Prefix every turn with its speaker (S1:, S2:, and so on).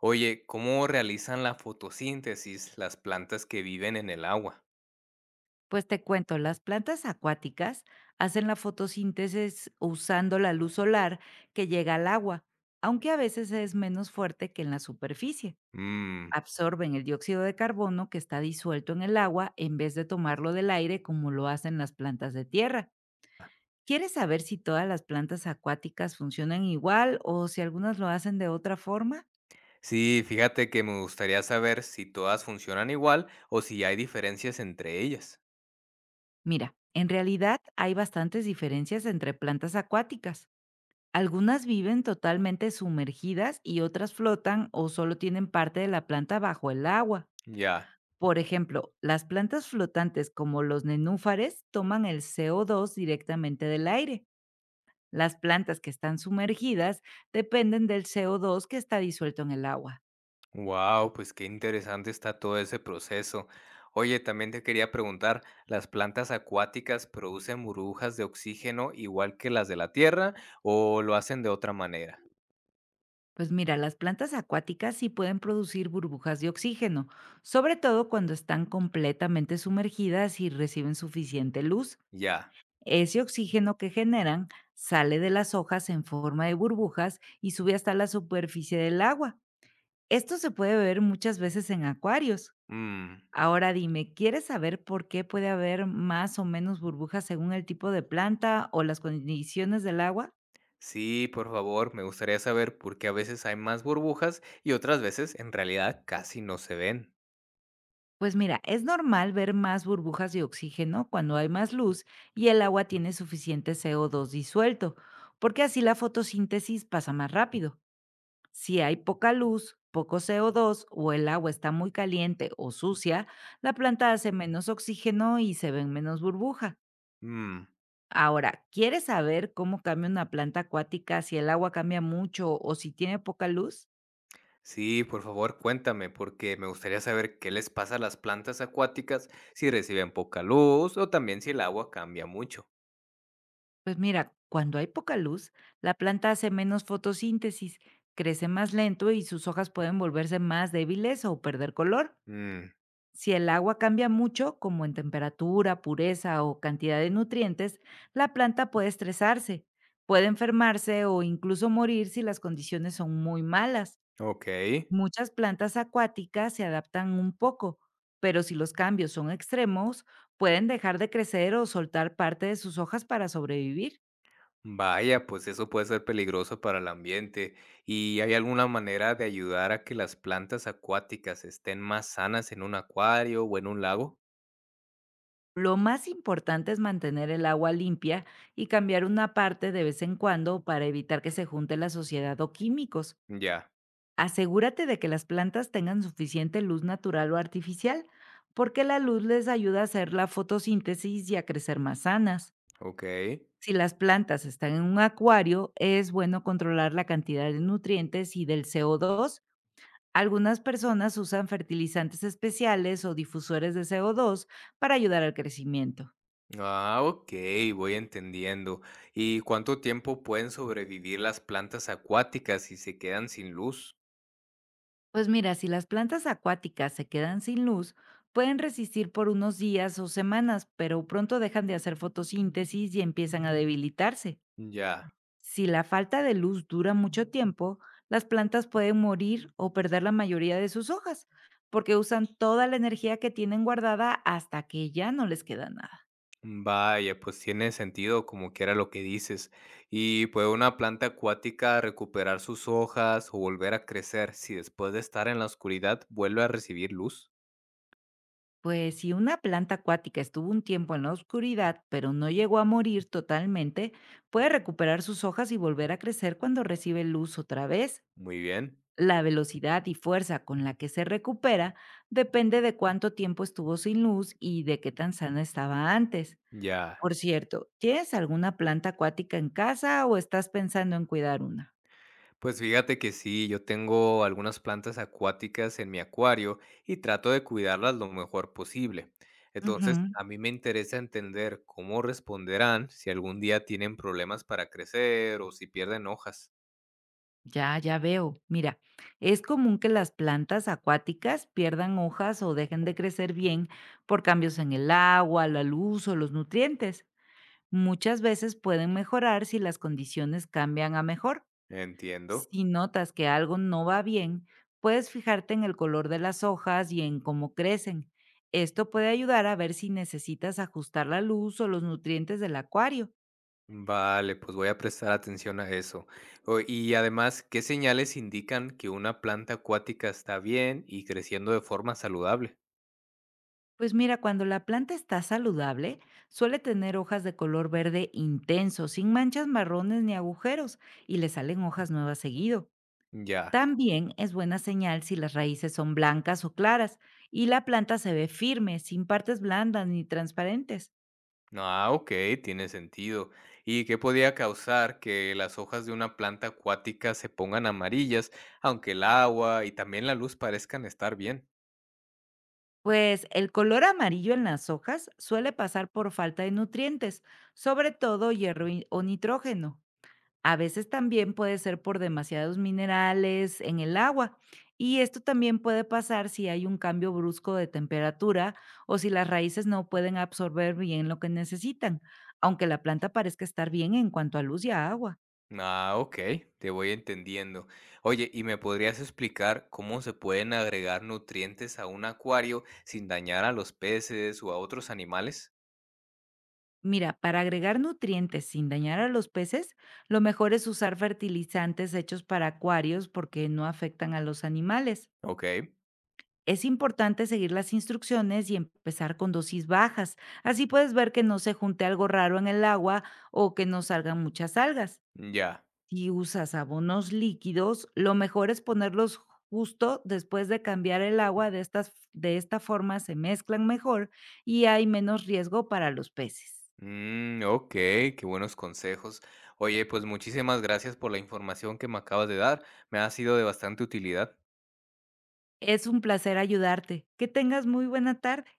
S1: Oye, ¿cómo realizan la fotosíntesis las plantas que viven en el agua?
S2: Pues te cuento, las plantas acuáticas hacen la fotosíntesis usando la luz solar que llega al agua, aunque a veces es menos fuerte que en la superficie.
S1: Mm.
S2: Absorben el dióxido de carbono que está disuelto en el agua en vez de tomarlo del aire como lo hacen las plantas de tierra. ¿Quieres saber si todas las plantas acuáticas funcionan igual o si algunas lo hacen de otra forma?
S1: Sí, fíjate que me gustaría saber si todas funcionan igual o si hay diferencias entre ellas.
S2: Mira, en realidad hay bastantes diferencias entre plantas acuáticas. Algunas viven totalmente sumergidas y otras flotan o solo tienen parte de la planta bajo el agua.
S1: Ya.
S2: Por ejemplo, las plantas flotantes como los nenúfares toman el CO2 directamente del aire. Las plantas que están sumergidas dependen del CO2 que está disuelto en el agua.
S1: Wow, pues qué interesante está todo ese proceso. Oye, también te quería preguntar, ¿las plantas acuáticas producen burbujas de oxígeno igual que las de la tierra o lo hacen de otra manera?
S2: Pues mira, las plantas acuáticas sí pueden producir burbujas de oxígeno, sobre todo cuando están completamente sumergidas y reciben suficiente luz.
S1: Ya.
S2: Ese oxígeno que generan sale de las hojas en forma de burbujas y sube hasta la superficie del agua. Esto se puede ver muchas veces en acuarios.
S1: Mm.
S2: Ahora dime, ¿quieres saber por qué puede haber más o menos burbujas según el tipo de planta o las condiciones del agua?
S1: Sí, por favor, me gustaría saber por qué a veces hay más burbujas y otras veces en realidad casi no se ven.
S2: Pues mira, es normal ver más burbujas de oxígeno cuando hay más luz y el agua tiene suficiente CO2 disuelto, porque así la fotosíntesis pasa más rápido. Si hay poca luz, poco CO2 o dos o el agua está muy caliente o sucia, la planta hace menos oxígeno y se ven menos burbujas.
S1: Mm.
S2: Ahora, ¿quieres saber cómo cambia una planta acuática si el agua cambia mucho o si tiene poca luz?
S1: Sí, por favor, cuéntame, porque me gustaría saber qué les pasa a las plantas acuáticas si reciben poca luz o también si el agua cambia mucho.
S2: Pues mira, cuando hay poca luz, la planta hace menos fotosíntesis, crece más lento y sus hojas pueden volverse más débiles o perder color.
S1: Mm.
S2: Si el agua cambia mucho, como en temperatura, pureza o cantidad de nutrientes, la planta puede estresarse, puede enfermarse o incluso morir si las condiciones son muy malas.
S1: Ok.
S2: Muchas plantas acuáticas se adaptan un poco, pero si los cambios son extremos, pueden dejar de crecer o soltar parte de sus hojas para sobrevivir.
S1: Vaya, pues eso puede ser peligroso para el ambiente. ¿Y hay alguna manera de ayudar a que las plantas acuáticas estén más sanas en un acuario o en un lago?
S2: Lo más importante es mantener el agua limpia y cambiar una parte de vez en cuando para evitar que se junte la suciedad o químicos.
S1: Ya,
S2: Asegúrate de que las plantas tengan suficiente luz natural o artificial, porque la luz les ayuda a hacer la fotosíntesis y a crecer más sanas.
S1: ok.
S2: Si las plantas están en un acuario, es bueno controlar la cantidad de nutrientes y del CO2. Algunas personas usan fertilizantes especiales o difusores de CO2 para ayudar al crecimiento.
S1: Ah, ok, voy entendiendo. ¿Y cuánto tiempo pueden sobrevivir las plantas acuáticas si se quedan sin luz?
S2: Pues mira, si las plantas acuáticas se quedan sin luz, pueden resistir por unos días o semanas, pero pronto dejan de hacer fotosíntesis y empiezan a debilitarse.
S1: Ya,
S2: Si la falta de luz dura mucho tiempo, las plantas pueden morir o perder la mayoría de sus hojas, porque usan toda la energía que tienen guardada hasta que ya no les queda nada.
S1: vaya, pues tiene sentido como que era lo que dices. ¿Y puede una planta acuática recuperar sus hojas o volver a crecer si después de estar en la oscuridad vuelve a recibir luz?
S2: Pues si una planta acuática estuvo un tiempo en la oscuridad, pero no llegó a morir totalmente, puede recuperar sus hojas y volver a crecer cuando recibe luz otra vez.
S1: Muy bien,
S2: La velocidad y fuerza con la que se recupera depende de cuánto tiempo estuvo sin luz y de qué tan sana estaba antes.
S1: ya.
S2: Por cierto, ¿tienes alguna planta acuática en casa o estás pensando en cuidar una?
S1: Pues fíjate que sí, yo tengo algunas plantas acuáticas en mi acuario y trato de cuidarlas lo mejor posible. Entonces,
S2: Ujú.
S1: a mí me interesa entender cómo responderán si algún día tienen problemas para crecer o si pierden hojas.
S2: Ya, ya veo. Mira, es común que las plantas acuáticas pierdan hojas o dejen de crecer bien por cambios en el agua, la luz o los nutrientes. Muchas veces pueden mejorar si las condiciones cambian a mejor.
S1: Entiendo.
S2: Si notas que algo no va bien, puedes fijarte en el color de las hojas y en cómo crecen. Esto puede ayudar a ver si necesitas ajustar la luz o los nutrientes del acuario.
S1: Vale, pues voy a prestar atención a eso. Y además, ¿qué señales indican que una planta acuática está bien y creciendo de forma saludable?
S2: Pues mira, cuando la planta está saludable, suele tener hojas de color verde intenso, sin manchas marrones ni agujeros, y le salen hojas nuevas seguido.
S1: Ya.
S2: También es buena señal si las raíces son blancas o claras y la planta se ve firme, sin partes blandas ni transparentes.
S1: No, ah, ok, tiene sentido. ¿Y qué podía causar que las hojas de una planta acuática se pongan amarillas, aunque el agua y también la luz parezcan estar bien?
S2: Pues el color amarillo en las hojas suele pasar por falta de nutrientes, sobre todo hierro y- o nitrógeno. A veces también puede ser por demasiados minerales en el agua. Y esto también puede pasar si hay un cambio brusco de temperatura o si las raíces no pueden absorber bien lo que necesitan, aunque la planta parezca estar bien en cuanto a luz y a agua.
S1: Ah, ok, te voy entendiendo. Oye, ¿y me podrías explicar cómo se pueden agregar nutrientes a un acuario sin dañar a los peces o a otros animales?
S2: Mira, para agregar nutrientes sin dañar a los peces, lo mejor es usar fertilizantes hechos para acuarios porque no afectan a los animales.
S1: Ok,
S2: Es importante seguir las instrucciones y empezar con dosis bajas. Así puedes ver que no se junte algo raro en el agua o que no salgan muchas algas.
S1: ya.
S2: Si usas abonos líquidos, lo mejor es ponerlos justo después de cambiar el agua. De esta forma se mezclan mejor y hay menos riesgo para los peces.
S1: Mm, ok, qué buenos consejos. Oye, pues muchísimas gracias por la información que me acabas de dar. Me ha sido de bastante utilidad.
S2: Es un placer ayudarte. Que tengas muy buena tarde.